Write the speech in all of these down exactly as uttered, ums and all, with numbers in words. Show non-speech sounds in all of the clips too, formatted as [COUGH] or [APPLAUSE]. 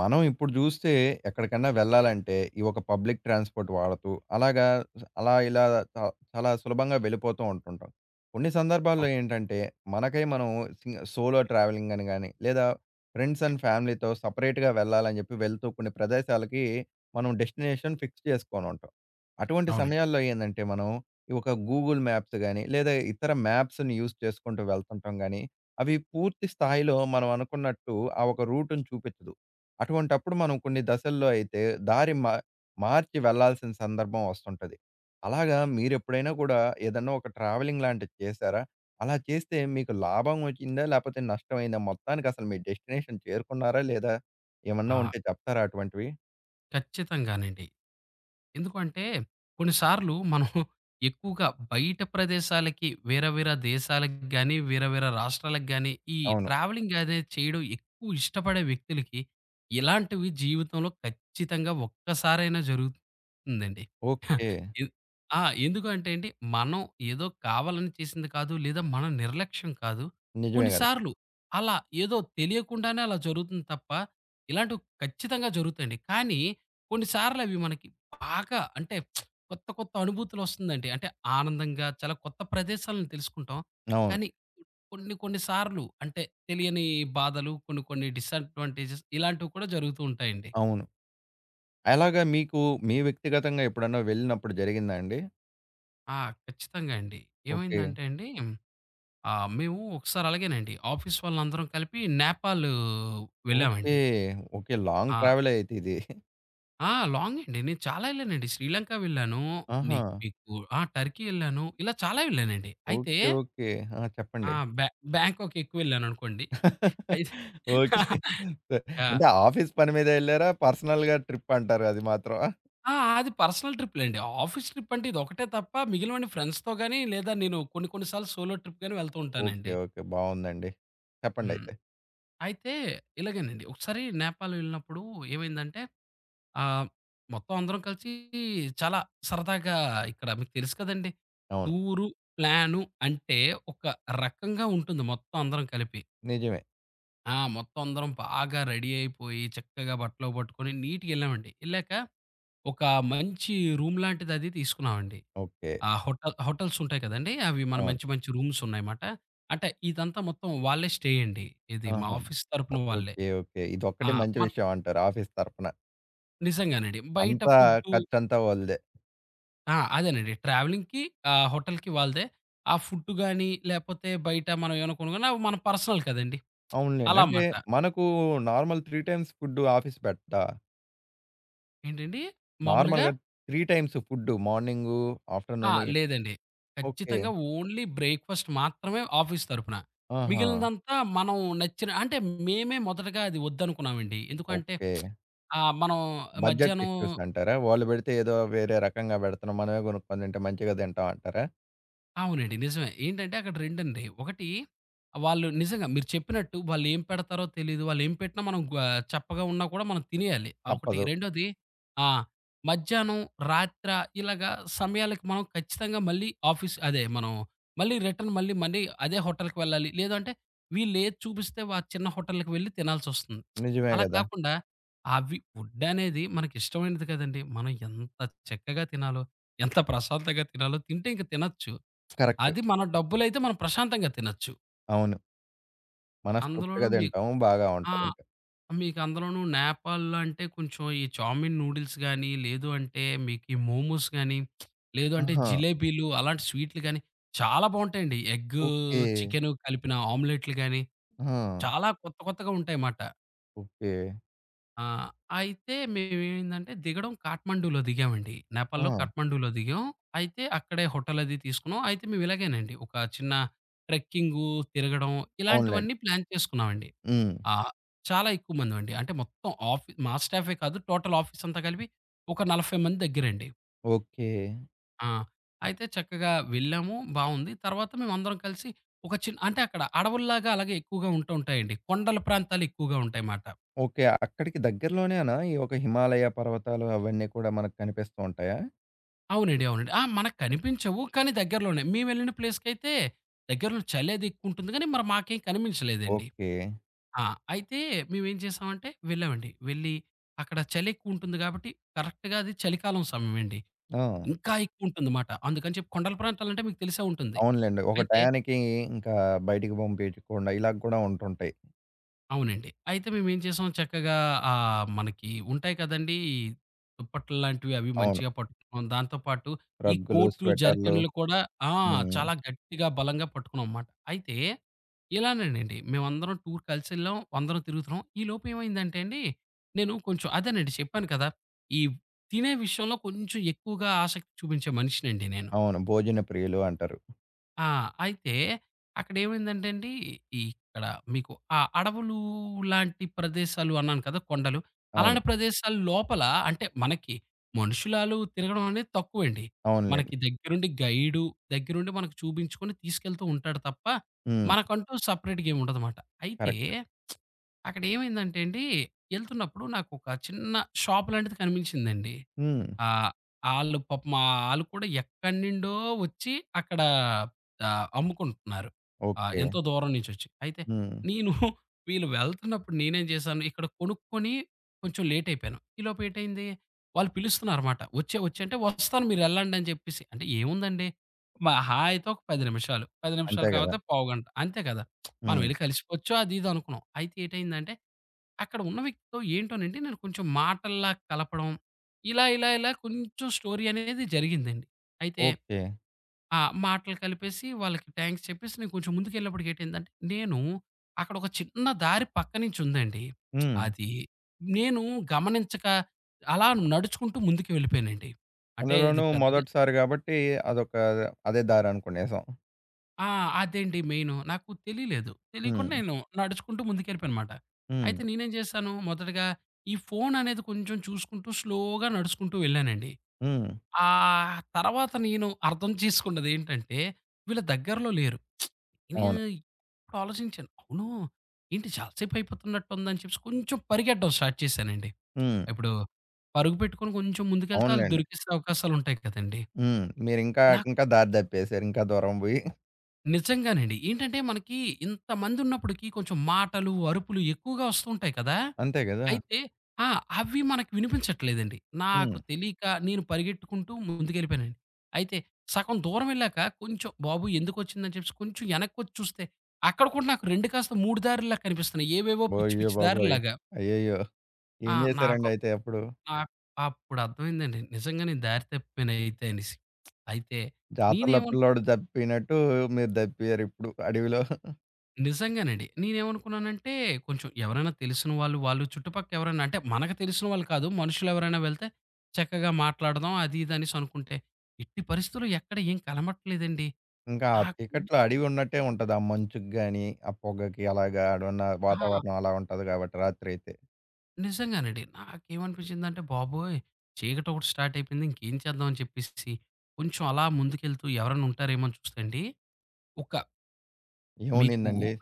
మనం ఇప్పుడు జూస్తే ఎక్కడికన్నా వెళ్ళాలంటే, ఈ ఒక పబ్లిక్ ట్రాన్స్‌పోర్ట్ వాడుతూ అలాగా అలా ఇలా చ చాలా సులభంగా వెళ్ళిపోతూ ఉంటుంటాం. కొన్ని సందర్భాల్లో అవును. ఏంటంటే, మనకై మనం సింగ్ సోలో ట్రావెలింగ్ అని గాని, లేదా ఫ్రెండ్స్ అండ్ ఫ్యామిలీతో సెపరేట్‌గా వెళ్ళాలని జెప్పి వెళ్తూ కొన్ని ప్రదేశాలకి మనం డెస్టినేషన్ ఫిక్స్ చేసుకోనుంటాం. అటువంటి అవునండి. సమయాల్లో ఏందంటే, మనం ఈ ఒక గూగుల్ మ్యాప్స్ గాని, లేదా ఇతర మ్యాప్స్‌ని యూజ్ చేసుకుంటూ వెళ్తుంటాం గాని, అవి పూర్తి స్థాయిలో మనం అనుకున్నట్టు ఆ ఒక రూట్‌ని చూపించదు. అటువంటప్పుడు మనం కొన్ని దశల్లో అయితే దారి మా మార్చి వెళ్ళాల్సిన సందర్భం వస్తుంటది. అలాగా మీరెప్పుడైనా కూడా ఏదన్నా ఒక ట్రావెలింగ్ లాంటిది చేశారా? అలా చేస్తే మీకు లాభం ఒచ్చిందా? లేపోతే నష్టమైందా? మొత్తానికసలు మీ డెస్టినేషన్ చేరుకున్నారా? లేదా? ఏమన్నా ఆ! ఉంటే చెప్తారా అటువంటివి? ఖచ్చితంగానండి. ఎందుకు అంటే, కొన్ని సార్లు మనం ఎక్కువగా బయట ప్రదేశాలకి, వేరే వేరే దేశాలకు గాని, వేరే వేరే రాష్ట్రాలకు గాని, ఈ అవును. ట్రావెలింగ్ అనేది చేయడం ఎక్కువ ఇష్టపడే వ్యక్తులకి, ఇలాంటివి జీవితంలో ఖచ్చితంగా ఒక్కసారైనా జరుగుతుందండి. ఓకే. ఎ ఆ! ఎందుకంటే అండి, మనం ఏదో కావాలని చేసింది కాదు, లేదా మన నిర్లక్ష్యం కాదు. నిజమే కొన్ని గదా! సార్లు అలా ఏదో తెలియకుండానే అలా జరుగుతుంది తప్ప, ఇలాంటివి ఖచ్చితంగా జరుగుతాయండి. కానీ, కొన్ని సార్లు అవి మనకి బాగా అంటే కొత్త కొత్త అనుభూతులొస్తుందండి. అంటే ఆనందంగా చాలా కొత్త ప్రదేశాలను తెలుసుకుంటాం. అవును. కానీ కొన్ని కొన్ని సార్లు అంటే తెలియని బాధలు, కొన్ని కొన్ని డిసడ్వాంటేజెస్ ఇలాంటివి కూడా జరుగుతూ ఉంటాయండి. అవును. అలాగా మీకు మీ వ్యక్తిగతంగా ఎప్పుడన్నా వెళ్ళినప్పుడు జరిగిందా అండి? ఆ! ఖచ్చితంగా అండి. ఓకే. ఏమైందంటే అండి, ఆహ్, మేము ఒకసారి అలాగేనండి ఆఫీస్ వాళ్ళందరం కలిపి నేపాల్ ఓకే. వెళ్ళామండి. ఓకే. లాంగ్ ఆ! ట్రావెలే అయితే ఇది. ఆ! లాంగ్ అండి. నేను చాలా ఎళ్ళానండి. శ్రీలంక వెళ్ళాను. ఆహా! నీకు మీకు ఆ! టర్కీ ఎళ్ళాను. ఇలా చాలా వెళ్ళానండి. అయితే ఓకే. ఓకే. ఆ! ఆ! చెప్పండి. బ్యా బ్యాంకాక్ ఎక్కువ వెళ్ళాననుకోండి. అయితే ఓకే. [LAUGHS] సరే. యాహ్! అంటే ఆఫీస్ పని మీద ఎళ్లారా? పర్సనల్‌గా ట్రిప్ అంటారు అది మాత్రమా? ఆ! అది పర్సనల్ ట్రిప్‌లేండి. ఆఫీస్ ట్రిప్ అంటే ఇదొకటే తప్ప మిగిలినవన్నీ ఫ్రెండ్స్‌తో గాని, లేదా నేను కొన్ని కొన్ని సార్లు సోలో ట్రిప్ గాని వెళ్తూ ఓకే. ఉంటానండి. ఓకే. బావుందండి. హ్మ్. చెప్పండయితే. అయితే ఇలాగేనండి. ఒకసారి నేపాల్ వెళ్ళినప్పుడు ఏమైందంటే, ఆహ్, మొత్తం అందరం కలిసి చాలా సరదాగా ఇక్కడ మీకు తెలుసు కదండీ! అవును. టూరు, ప్లాను అంటే ఒక రకంగా ఉంటుంది మొత్తం అందరం కలిపి. నిజమే. ఆ! మొత్తం అందరం బాగా రెడీ అయిపోయి, చక్కగా బట్టలు పట్టుకొని నీట్‌గా ఎళ్ళామండి. ఎళ్ళాక ఒక మంచి రూమ్ లాంటిదది తీసుకున్నామండి. ఓకే. ఆ హోటల్ హోటల్స్ ఉంటాయి కదండీ! అవి మన అవును. మంచి, మంచి రూమ్స్ ఉన్నాయన్నమాట. అంటే ఇదంతా మొత్తం వాళ్ళే స్టే అండి. ఇది మా ఆహా! ఆఫీస్ ఓ తరపున వాళ్ళే. ఓకే. ఓకే. ఆ! ఇదొక్కటి మంచి మన్ విషయం అంటారు ఆఫీస్ తరపున. నిజంగానండి. బయట అంతా ఫుడ్డు. ఖర్చంతా వాళ్ళదే. ఆ! అదేనండి. ట్రావెలింగ్‌కి, ఆహ్, హోటల్‌కి వాళ్ళదే. ఆ ఫుడ్ గాని, లేపోతే బయట మనం ఏమైనా కొనుగొన్న అవి మన పర్సనల్ కదండీ! అవునులెండి. అలా అంటే మాట. మనకు నార్మల్ మూడు టైమ్స్ ఫుడ్ ఆఫీస్ పెట్టదా? ఏంటండి? మామూలుగా నార్మల్‌గా మూడు టైమ్స్ ఫుడ్ మార్నింగు, ఆ! ఆఫ్టర్‌నూన్ లేదండి. ఓకే. ఖచ్చితంగా ఓన్లీ బ్రేక్‌ఫాస్ట్ మాత్రమే ఆఫీస్ తరపున. ఆహా! మిగిలినదంతా మనం నచ్చిన అంటే మేమే మొదటగా అది వద్దనుకున్నామండి. ఎందుకంటే, ఓకే. ఆహ్, మనం బడ్జెట్ మధ్యాహ్నం ఇష్యూస్ అంటారా? వాళ్ళు పెడితే ఏదో వేరే రకంగా పెడుతున్నాం. మనమే కొనుక్కొని తింటే మంచిగా తింటాం అంటారా? అవునండి. నిజమే. ఏంటంటే అక్కడ రెండండి. ఒకటి, వాళ్ళు నిజంగా మీరు చెప్పినట్టు వాళ్ళేం పెడతారో తెలీదు. వాళ్ళేం పెట్టినా మనం గా చప్పగా ఉన్నా కూడా మనం తినేయాలి. ఒకటి. తప్పదు. రెండోది ఆ! మధ్యాహ్నం, రాత్ర ఇలాగా సమయాలకి మనం ఖచ్చితంగా మళ్ళీ ఆఫీస్ అదే మనం మళ్ళీ రిటర్న్ మళ్ళీ మళ్ళీ అదే హోటల్‌కి వెళ్ళాలి. లేదు అంటే వీళ్ళేది చూపిస్తే ఆ చిన్న హోటల్‌కి వెళ్లి తినాల్సొస్తుంది. నిజమే అలా గదా! కాకుండా అవి ఫుడ్డనేది మనకిష్టమైనది కదండీ! మనం ఎంత చక్కగా తినాలో, ఎంత ప్రశాంతంగా తినాలో తింటే ఇంక తినొచ్చు. కరెక్ట్. అది మన డబ్బులైతే మనం ప్రశాంతంగా తినొచ్చు. అవును. అందులోనూ మనస్తృప్తిగా మీకు తింటాం. బాగా ఆ! ఉంటదింకా. మీకు అందులోనూ నేపాల్‌లో అంటే కొంచెం ఈ చావ్‌మిన్ నూడిల్స్ గాని, లేదు అంటే మీకు ఈ మోమోస్ గాని, లేదు అంటే ఆహా! జిలేబీలు అలాంటి స్వీట్లు గాని చాలా బావుంటాయండి. Egg, okay. చికెను కలిపిన ఆమ్లెట్‌లు గాని ఆ! చాలా కొత్త కొత్తగా ఉంటాయన్నమాట. ఓకే. ఆ! అయితే మేమేమైందంటే దిగడం కాట్మండూలో దిగామండి. ఆ! నేపాల్‌లో కాట్మండూలో దిగాం. అయితే అక్కడే హోటల్ అది తీసుకున్నాం. అయితే మేము ఇలాగేనండి ఒక చిన్న ట్రెక్కింగు, తిరగడం ఇలాంటివన్నీ అవునులెండి. ప్లాన్ చేసుకున్నామండి. హ్మ్. ఆహ్, చాలా ఎక్కువ మందమండి. అంటే మొత్తం ఆఫీ మా స్టాఫే కాదు టోటల్ ఆఫీస్ అంతా కలిపి ఒక నలభై మంది దగ్గరండి. ఓకే. ఆ! అయితే చక్కగా వెళ్ళాము. బావుంది. తర్వాత మేమందరం కలిసి ఒక చిన్న అంటే అక్కడ అడవుల్లాగా అలాగే ఎక్కువగా ఉంటూ ఉంటాయండి. కొండల ప్రాంతాలు ఎక్కువగా ఉంటాయమాట. ఓకే. అక్కడికి దగ్గరలోనేనా ఈ ఒక హిమాలయ పర్వతాలు అవన్నీ కూడా మనకు కనిపిస్తూ ఉంటాయా? అవునండి. అవునండి. ఆ! మనకు కనిపించవు. కానీ దగ్గరలోనే. మేమెళ్ళిన ప్లేస్‌కైతే దగ్గరలో చలి అది ఎక్కువుంటుంది గానీ, మరి మాకేం కనిపించలేదండి. ఓకే. ఆ! అయితే మేమేం చేసామంటే వెళ్ళామండి. వెళ్ళి అక్కడ చలి ఎక్కువుంటుంది గాబట్టి, కరెక్ట్‌గా అది చలికాలం సమయమండి. ఆ! ఇంకా ఎక్కువుంటుందమాట. అందుకని చెప్పి కొండల ప్రాంతాలంటే మీకు తెలిసే ఉంటుంది. అవునులెండి. ఒక అయితే టయానికి ఇంకా బయటికి పంపించకుండా ఇలా కూడా ఉంటుంటాయి. అవునండి. అయితే మేమేం చేసాం చక్కగా, ఆహ్, మనకి ఉంటాయి కదండీ! దుప్పట్లు లాంటివి అవి అవును. మంచిగా పట్టుకున్నాం. దాంతో పాటు ఈ రగ్గులు, కోట్లు, స్వెటర్‌లు జర్కిన్‌లు కూడా ఆ! హ్మ్. చాలా గట్టిగా బలంగా పట్టుకున్నాంమాట. అయితే ఇలానేనండి మేమందరం టూర్ కలిసెళ్ళాం. అందరం తిరుగుతున్నాం. ఈలోపు ఏమైందంటే అండి, నేను కొంచెం అదేనండి చెప్పాను కదా! ఈ తినే విషయంలో కొంచెం ఎక్కువగా ఆసక్తి చూపించే మనిషినండి నేను. అవును. భోజన ప్రియులు అంటారు. ఆ! అయితే అక్కడేమైందంటే అండి, ఇక్కడ మీకు ఆ అడవులు లాంటి ప్రదేశాలు అన్నాను కదా! కొండలు. అవును. అలాంటి ప్రదేశాల లోపల అంటే మనకి మనుషులాలు తిరగడం అనేది తక్కువండి. అవునులెండి. మనకి దగ్గరుండి గైడు, దగ్గరుండి మనకు చూపించుకొని తీసుకెళ్తూ ఉంటాడు తప్ప, హ్మ్. మనకంటూ సెపరేట్‌గా ఏమి ఉండదమాట. అయితే కరెక్ట్. అక్కడేమైందంటే అండి, ఎళ్తున్నప్పుడు నాకొక చిన్న షాప్ లాంటిది కనిపించిందండి. హ్మ్. ఆ! ఆళ్ళు పాపం ఆళ్ళు కూడా ఎక్కడి నుండో వచ్చి అక్కడ ఆహ్, అమ్ముకుంటున్నారు. ఆహ్, ఓకే. ఎంతో దూరం నుంచొచ్చి. అయితే హ్మ్. నేను [LAUGHS] వీళ్ళు వెళ్తున్నప్పుడు నేనేం చేశాను, ఇక్కడ కొనుక్కొని కొంచెం లేట్ అయిపోయాను. ఈలోపు ఏటైంది, వాళ్ళు పిలుస్తున్నారన్నమాట. "వచ్చే వచ్చే" అంటే, "వస్తాను మీరు ఎళ్ళండి" అని చెప్పేసి. అంటే ఏముందండి, మహా అయితే ఒక పది నిమిషాలు. పది నిమిషాలు అంతే గదా! కాపోతే పావుగంట. అంతే కదా! మనం హ్మ్. వెళ్లి కలిసిపోవచ్చు అది ఇది అనుకున్నాం. అయితే ఏటైందంటే అక్కడ ఉన్న వ్యక్తితో ఏంటోనండి నేను కొంచెం మాటల్లా కలపడం. ఇలా, ఇలా, ఇలా కొంచెం స్టోరీ అనేది జరిగిందండి. అయితే ఓకే. ఆ మాటలు కలిపేసి వాళ్ళకి థాంక్స్ చెప్పేసి నేను కొంచెం ముందుకెళ్ళినప్పటికి ఏటైందంటే, నేను అక్కడ ఒక చిన్న దారి పక్క నుంచుందండి. హ్మ్. అది నేను గమనించక అలా నడుచుకుంటూ ముందుకు వెళ్ళిపోయానండి. అంటే ఇది అందులోనూ పెద్ద మొదటిసారి గాబట్టి అదొక అదే దారనుకునేసాం. ఆ! అదేండి మెయిను. నాకు తెలీలేదు. తెలీకుండా హ్మ్. నేను నడుచుకుంటూ ముందుకెళ్ళిపోయానమాట. హ్మ్. అయితే నేనేం చేశాను, మొదటగా ఈ ఫోననేది కొంచెం చూసుకుంటూ స్లోగా నడుచుకుంటూ వెళ్ళానండి. హ్మ్. ఆహ్, తర్వాత నేను అర్థం చేసుకున్నదేంటంటే, వీళ్ళ దగ్గరలో లేరు. నేను అవును. ఇప్పుడు ఆలోచించాను. అవును. ఏంటి చాలా సేపయిపోతున్నట్టుందని చెప్పేసి కొంచెం పరిగెట్టడం స్టార్ట్ చేశానండి. హ్మ్. ఇప్పుడు పరుగు పెట్టుకొని కొంచెం ముందుకెళ్తే ఆళ్ళు అవునులెండి. దొరికేసే అవకాశాలుంటాయి కదండీ. హ్మ్. మీరింకా నాకు ఇంకా దారి తప్పేసారు. ఇంకా దూరం బోయి. నిజంగానండి. ఏంటంటే మనకి ఇంతమంది ఉన్నప్పటికి కొంచెం మాటలు, అరుపులు ఎక్కువగా వస్తూ ఉంటాయి కదా! అంతే గదా! అయితే ఆ! అవి మనకు వినిపించట్లేదండి. నాకు హ్మ్. తెలియక నేను పరిగెట్టుకుంటూ ముందుకెళ్ళిపోయానండి. అయితే సగం దూరం వెళ్ళాక కొంచెం బాబు ఎందుకొచ్చిందని చెప్పేసి కొంచెం వెనక్కొచ్చి చూస్తే అక్కడ కూడా నాకు రెండు కాస్త మూడు దారుల్లా కనిపిస్తున్నాయి. ఏవేవో పిచ్చి అయ్య పిచ్చి బాబోయ్! దారుల్లాగా. అయ్యయ్యో! ఆ! ఏం నాకు జేశారండి అయితే అప్పుడు? నాకు అప్పుడు అర్థమైందండి. నిజంగానే దారి తప్పిపోయానయితే అనేసి. అయితే జాతరలో నేనేమను పిల్లోడు దప్పినట్టు మీరు దప్పారిప్పుడు అడవిలో. నిజంగానండి. నేనేమనుకున్నానంటే, కొంచెం ఎవరైనా తెలిసిన వాళ్ళు, వాళ్ళు చుట్టుపక్క ఎవరైనా అంటే, మనకు తెలిసిన వాళ్ళు కాదు. మనుషులెవరైనా వెళ్తే, చక్కగా మాట్లాడదాం అది, ఇది అనేసి అనుకుంటే, ఎట్టి పరిస్థితుల్లో ఎక్కడ ఏం కలమట్లేదండి. ఇంకా ఆ నాకు చీకట్లో అడవి ఉన్నట్టే ఉంటది. ఆ మంచుకి గాని, ఆ పొగకి అలాగా ఆడున్న ఆ! వాతావరణం అలా ఉంటది కాబట్టి రాత్రయితే. నిజంగానండి. నాకేమనిపించిందంటే, బాబోయ్! చీకటొకటి స్టార్ట్ అయిపోయింది. ఇంకేం చేద్దాం అని చెప్పేసేసి, కొంచెం అలా ముందుకెళ్తూ ఎవరైనా ఉంటారేమో అని చూస్తే అండి, ఒక మీకు ఏముండిందండి? ఒక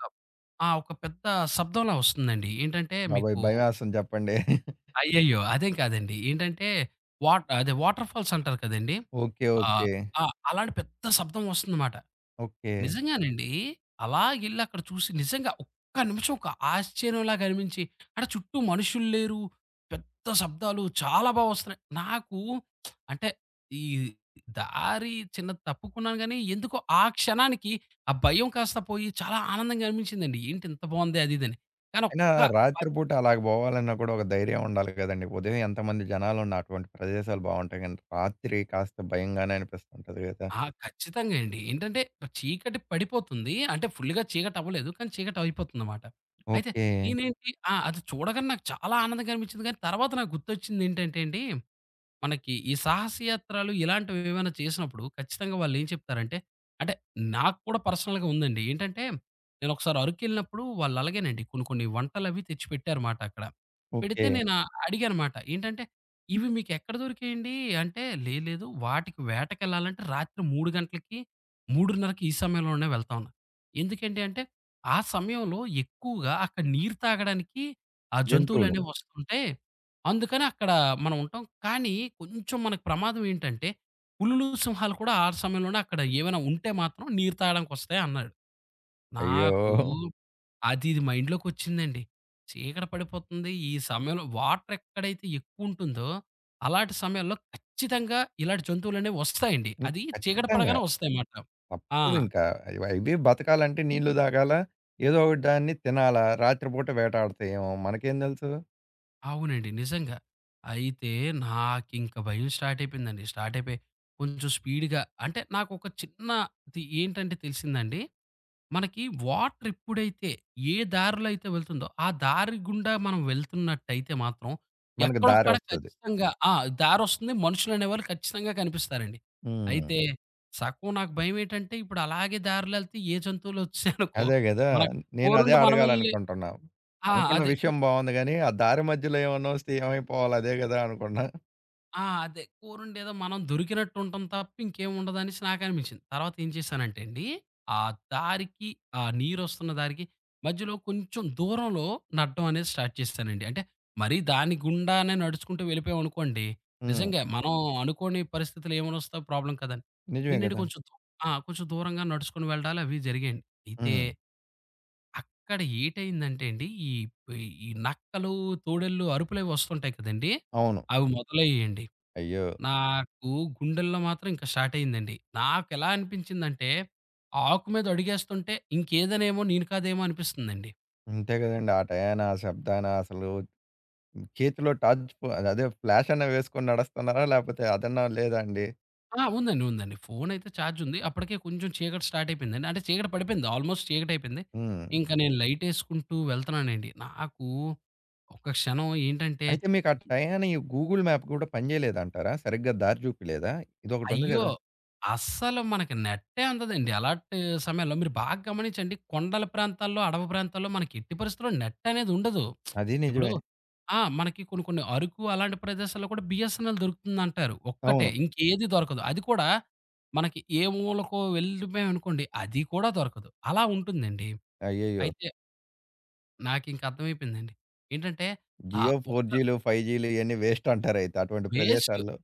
ఆ! ఒక పెద్ద శబ్దంలా వస్తుందండి. ఏంటంటే బాబోయ్! మీకు భయమేస్తుంది చెప్పండి. అయ్యయ్యో! అదేం కాదండి. ఏంటంటే వాట్ అదే వాటర్ ఫాల్స్ అంటారు కదండీ! ఓకే. ఆహ్, ఓకే. ఆ! అలాంటి పెద్ద శబ్దం వస్తుందమాట. ఓకే. నిజంగానండి. అలా ఎళ్లి అక్కడ చూసి నిజంగా ఒక్క నిమిషం ఒక ఆశ్చర్యంలాగా అనిపించి, అక్కడ చుట్టూ మనుషులు లేరు. పెద్ద శబ్దాలు చాలా బా వస్తున్నాయి. నాకు అంటే ఈ దారి చిన్న తప్పుకున్నాను గానీ, ఎందుకో ఆ క్షణానికి ఆ భయం కాస్త పోయి చాలా ఆనందంగా అనిపించిందండి. ఏంటి ఇంత బావుంది అది ఇదని. కానీ అయినా ఒక్క రాత్రిపూట అలాగ బోవాలన్నా కూడా ఒక ధైర్యం ఉండాలి కదండీ! ఉదయం ఎంతమంది జనాలున్న అటువంటి ప్రదేశాలు బావుంటాయి గానీ, రాత్రి కాస్త భయంగానే అనిపిస్తుంటది గదా! ఆ! ఖచ్చితంగా అండి. ఏంటంటే చీకటి పడిపోతుంది. అంటే ఫుల్‌గా చీకటవ్వలేదు. కానీ చీకటయిపోతుందనమాట. అయితే ఓకే. నేనేంటి ఆ! అది చూడగానే నాకు చాలా ఆనందంగా అనిపించింది. కానీ తర్వాత నాకు గుర్తొచ్చిందేంటంటే అండి, మనకి ఈ సాహసయాత్రలు ఇలాంటివి ఏమైనా చేసినప్పుడు ఖచ్చితంగా వాళ్ళు ఏం చెప్తారంటే అంటే నాకు కూడా పర్సనల్‌గా ఉందండి. ఏంటంటే నేను ఒకసారి అరకెళ్ళినప్పుడు వాళ్ళు అలాగేనండి కొన్ని కొన్ని వంటలవి తెచ్చి పెట్టారుమాట అక్కడ. పెడితే ఓకే. నేను అడిగానమాట. ఏంటంటే, "ఇవి మీకు ఎక్కడ దొరికాయండి?" అంటే, "లేదు లేదు వాటికి వేటకెళ్ళాలంటే రాత్రి మూడు గంటలకి, 3:30కి ఈ సమయంలోనే వెళ్తాం" అన్నా. ఎందుకండి అంటే ఆ సమయంలో ఎక్కువగా అక్కడ నీరు తాగడానికి ఆ జంతువులు. జంతువులనేవి వస్తుంటే అందుకని అక్కడ మనం ఉంటాం. కానీ కొంచెం మనకు ప్రమాదం ఏంటంటే, పులులు, సింహాలు కూడా ఆ సమయంలోనే అక్కడ ఏమైనా ఉంటే మాత్రం నీరు తాగడానికొస్తాయి అన్నాడు. అయ్యో! నాకు అది ఇది మైండ్‌లోకొచ్చిందండి. చీకటి పడిపోతుంది. ఈ సమయంలో వాటర్ ఎక్కడైతే ఎక్కువుంటుందో, అలాంటి సమయంలో ఖచ్చితంగా ఇలాంటి జంతువులనేవి వస్తాయండి. హ్మ్. అది చీకటి ఖచ్చితంగా. పడగానే వస్తాయన్నమాట. ఆ! తప్పదింకా. అవి అవి బతకాలంటే నీళ్లు తాగాల, ఏదో ఒక దాన్ని తినాలా, రాత్రిపూట వేటాడతాయేమో మనకేం తెలుసు? అవునండి. నిజంగా. అయితే నాకింక భయం స్టార్ట్ అయిపోయిందండి. స్టార్ట్ అయిపోయి కొంచెం స్పీడ్‌గా అంటే నాకొక చిన్న తి ఏంటంటే తెలిసిందండి. మనకి వాటర్ ఎప్పుడైతే ఏ దారిలో అయితే వెళ్తుందో, ఆ దారి గుండా మనం వెళ్తున్నట్టయితే మాత్రం మనకు దారి ఎక్కడొక్కడ అవును. వస్తది. ఖచ్చితంగా ఆ! దారొస్తుంది. మనుషులనేవాళ్ళు ఖచ్చితంగా కనిపిస్తారండి. హ్మ్. అయితే సగం నాకు భయమేంటంటే ఇప్పుడు అలాగే దారిలో ఎళ్తే ఏ జంతువులొచ్చాయనుకో, అదే గదా! మన నేను అదే కోరుండి మనం ఎళ్ళి అడగాలనుకుంటున్నా. ఆ! అనుకున్న అదే. విషయం బావుంది గానీ, ఆ దారి మధ్యలో ఏమన్నా వస్తే ఏమైపోవాలి అదే గదా! అనుకున్నా. ఆ! అదే. కూరుండేదో మనం దొరికినట్టు ఉంటాం తప్ప ఇంకేం ఉండదనేసి నాకనిపించింది. తర్వాత ఏం చేశానంటే అండి, ఆ దారికి ఆ నీరొస్తున్న దారికి మధ్యలో కొంచెం దూరంలో నడడం అనేది స్టార్ట్ చేశానండి. అంటే మరీ దాని గుండానే నడుచుకుంటూ వెళ్ళిపోయామనుకోండి, హ్మ్. నిజంగా మనం అనుకోని పరిస్థితులు ఏమైనొస్తాయో ప్రాబ్లమ్ కదండీ. నిజమే నేనేంటి గదా! కొంచెం దూ ఆ! కొంచెం దూరంగా నడుచుకొని వెళ్ళడాలు అవి జరిగాయండి. అయితే హ్మ్. అక్కడ ఏటయిందంటే అండి, ఈ ఈ నక్కలు, తోడేళ్ళు అరుపులవి వస్తుంటాయి కదండీ! అవును. అవి మొదలయ్యాయండి. అయ్యో! నాకు గుండెల్లో మాత్రం ఇంక స్టార్ట్ అయిందండి. నాకెలా అనిపించిందంటే, ఆ ఆకు మీద అడుగేస్తుంటే ఇంకేదనేమో నేను కాదేమో అనిపిస్తుందండి. అంతే గదండీ. ఆ టయాన, ఆ శబ్దాన అసలు చేతిలో టార్చ్ ఫో అదే ఫ్లాష్ అన్నా వేసుకొని నడుస్తున్నారా? లేపోతే అదన్నా లేదా అండి? ఆ! ఉందండి. ఉందండి. ఫోనయితే ఛార్జుంది. అప్పటికే కొంచెం చీకటి స్టార్ట్ అయిపోయిందండి. అంటే చీకటి పడిపోయింది. ఆల్మోస్ట్ చీకటయిపోయింది. హ్మ్. ఇంక నేను లైటేసుకుంటూ వెళ్తున్నానండి. నాకు ఒక్క క్షణం ఏంటంటే అయితే మీకు ఆ టయాని గూగుల్ మ్యాప్ గూడా పని జేయలేదంటారా? సరిగ్గా దారి జూపియలేదా? ఇదొకటుంది అయ్యో! గదా! అస్సలు మనకి నెట్టే అందదండి. అలాంటి సమయంలో మీరు బాగా గమనించండి. కొండల ప్రాంతాల్లో, అడవి ప్రాంతాల్లో మనకి ఎట్టి పరిస్థితిలో నెట్ అనేది ఉండదు. అది ఇప్పుడు నిజమే. ఆ! మనకి కొన్ని కొన్ని అరుకు అలాంటి ప్రదేశాల్లో కూడా బీఎస్ఎన్ఎల్ దొరుకుతుందంటారు. ఒక్కటే అవును. ఇంకేది దొరకదు. అది కూడా మనకి ఏ మూలకో వెళ్ళిపోయామనుకోండి అది కూడా దొరకదు. అలా ఉంటుందండి. అయ్యయ్యో! అయితే నాకింక అర్థమైపోయిందండి. ఏంటంటే ఆహ్, జియో ఒక్క ఫోర్ జీలు, ఫైవ్ జీలు ఇయన్నీ వేస్ట్ అంటారైతే అటువంటి వేస్ట్ ప్రదేశాల్లో.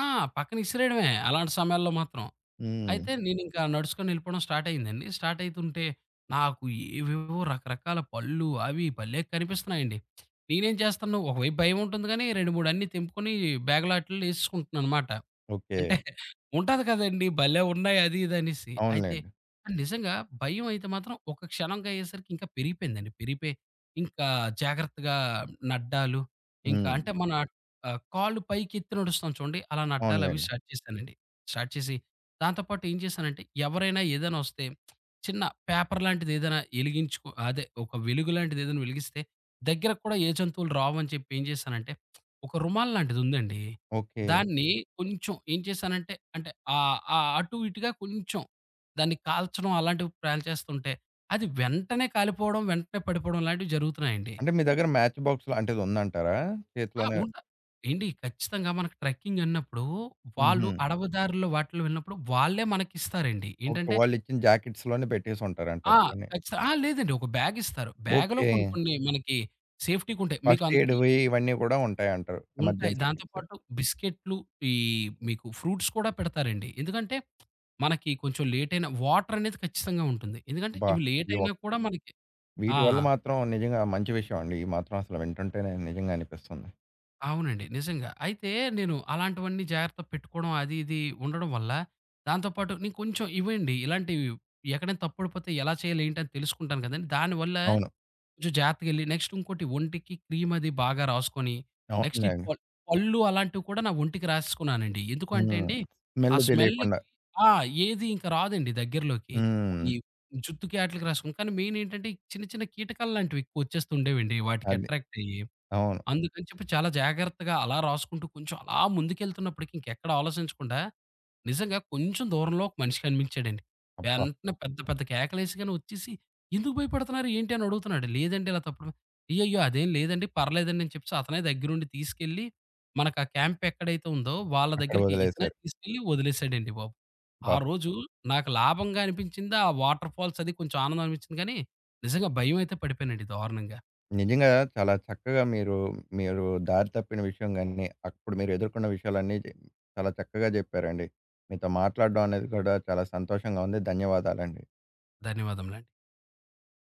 ఆ! పక్కన ఇసిరేయడమే అలాంటి సమయాల్లో మాత్రం. హ్మ్. అయితే నేనింకా నడుచుకొని వెళ్ళిపోవడం స్టార్ట్ అయిందండి. స్టార్ట్ అయితుంటే నాకు ఏవేవో రకరకాల పళ్ళు అవి భలే కనిపిస్తున్నాయండి. నేనేం చేస్తాను ఒకవైపు భయం ఉంటుంది గానీ రెండు, మూడు అన్నీ తెంపుకొని బ్యాగ్‌లో ఆటిల్లో ఎసేసుకుంటున్నాననమాట. ఓకే. అంటే ఉంటాది కదండీ! భలే ఉన్నాయి అది ఇది అనేసి. అయితే అవునులెండి. నిజంగా భయం అయితే మాత్రం ఒక క్షణంగా అయ్యేసరికి ఇంకా పెరిగిపోయిందండి. పెరిగిపోయి ఇంకా జాగ్రత్తగా నడ్డాలు, ఇంకా హ్మ్. అంటే మన ఆహ్, కాళ్ళు పైకెత్తి నడుస్తాం చూడండి. అలా నడ్డాలవి అవునులెండి. స్టార్ట్ చేశానండి. స్టార్ట్ చేసి దాంతో పాటు ఏం చేశానంటే ఎవరైనా ఏదైనా వస్తే చిన్న పేపర్ లాంటిది ఏదైనా ఎలిగించుకో అదే ఒక వెలుగు లాంటిది ఏదైనా వెలిగిస్తే దగ్గరకి కూడా ఏ జంతువులు రావని చెప్పి ఏం చేశానంటే ఒక రుమాల్ లాంటిదుందండి. ఓకే. ఓకే. దాన్ని కొంచెం ఏం చేశానంటే, అంటే ఆహ్, ఆహ్, అటు ఇటుగా కొంచెం దాన్ని కాల్చడం అలాంటివి ప్లాన్ చేస్తుంటే, అది వెంటనే కాలిపోవడం, వెంటనే పడిపోవడం లాంటివి జరుగుతున్నాయండి. అంటే మీ దగ్గర మ్యాచ్ బాక్స్ లాంటిదుందంటారా? ఆ! చేతిలోనే ఉంట ఏండి ఖచ్చితంగా మనకు ట్రెక్కింగ్ అన్నప్పుడు వాళ్ళు హుహు. అవును. అడవి దారుల్లో వాటిలో వెళ్ళినప్పుడు వాళ్ళే మనకిస్తారండి. ఓకే. ఏంటంటే వాళ్ళిచ్చిన జాకెట్స్‌లోనే ఆ! పెట్టేసుంటారంటారు ఇవన్నీ. ఖచ్చిత ఆ! లేదండి. ఒక బ్యాగిస్తారు. బ్యాగ్‌లో ఓకే. కొన్ని కొన్ని మనకి సేఫ్టీ‌గుంటాయి. మీకు ఫస్ట్ అంతకి ఎయిడ్‌వి ఇవన్నీ గూడా ఉంటాయంటారు. ఉంటాయి. ఎమర్జెన్సీ దాంతో కిట్స్. పాటు బిస్కెట్‌లు, ఈ మీకు ఫ్రూట్స్ కూడా పెడతారండి. ఎందుకంటే, మనకి కొంచెం లేట్ అయినా వాటర్ అనేది ఖచ్చితంగా ఉంటుంది. ఎందుకంటే, అబ్బా! ఇవి లేట్ ఈ ఒ అయినా కూడా మనకి ఆ! వీటి వల్ల మాత్రం నిజంగా మంచి విషయం అండి. ఈ మాత్రం అసలు వింటుంటేనే నిజంగా అనిపిస్తుంది. అవునండి. నిజంగా. అయితే నేను అలాంటివన్నీ జాగ్రత్త పెట్టుకోవడం అది ఇది ఉండడం వల్ల, దాంతో పాటు నేను కొంచెం ఇవండి ఇలాంటివి ఎక్కడైనా తప్పుడిపోతే ఎలా చేయాలి ఏంటి అని తెలుసుకుంటాను కదండీ! దానివల్ల అవును. కొంచెం జాగ్రత్తగెళ్ళి నెక్స్ట్ ఇంకోటి ఒంటికి క్రీమ్ అది బాగా రాసుకొని, అవును. నెక్స్ట్ ఈ అవునండి. పల్ పళ్ళు అలాంటివి కూడా నా ఒంటికి రాసేసుకున్నానండి. ఎందుకు అంటే హ్మ్. అండి, ఆ స్మెల్ స్మెల్‌కి తెలియకుండా. ఆ! ఏది ఇంకా రాదండి దగ్గరలోకి. హ్మ్. ఈ జుట్టుకి ఆటిలకి రాసుకుని కానీ మెయిన్ ఏంటంటే, ఈ చిన్న చిన్న కీటకాలు లాంటివి ఎక్కువ వచ్చేస్తూ ఉండేవండి వాటికి అది. అట్రాక్ట్ అయ్యి. అవును. అందుకని చెప్పి చాలా జాగ్రత్తగా అలా రాసుకుంటూ కొంచెం అలా ముందుకెళ్తున్నప్పటికి ఇంకెక్కడ ఆలోచించకుండా నిజంగా కొంచెం దూరంలో ఒక మనిషి కనిపించాడండి. అబ్బా! వెంటనే పెద్ద పెద్ద కేకలేసిగాని వచ్చేసి, "ఎందుకు భయపడుతున్నారు ఏంటి?" అని అడుగుతున్నాడు. లేదండి ఇలా తప్పుడు అయ్యయ్యో! అదేం లేదండి పర్లేదండి అని చెప్పేసి అతనే దగ్గరుండి తీసుకెళ్ళి మనకు ఆ క్యాంప్ ఎక్కడైతే ఉందో వాళ్ళ అక్కడ దగ్గరికి ఇతనే వదిలేశారు. తీసుకెళ్ళి వదిలేసాడండి బాబు. ఆ అబ్బా! రోజు నాకు లాభంగా అనిపించింది. ఆ వాటర్ ఫాల్స్ అది కొంచెం ఆనందం అనిపించింది కానీ నిజంగా భయమైతే పడిపోయానండి దారుణంగా. నిజంగా చాలా చక్కగా మీరు, మీరు దారి తప్పిన విషయం గాని, అప్పుడు మీరు ఎదుర్కొన్న విషయాలన్నీ జె చాలా చక్కగా జెప్పారండి. మీతో మాట్లాడడం అనేది కూడా చాలా సంతోషంగా ఉంది. ధన్యవాదాలండి. ధన్యవాదములండి.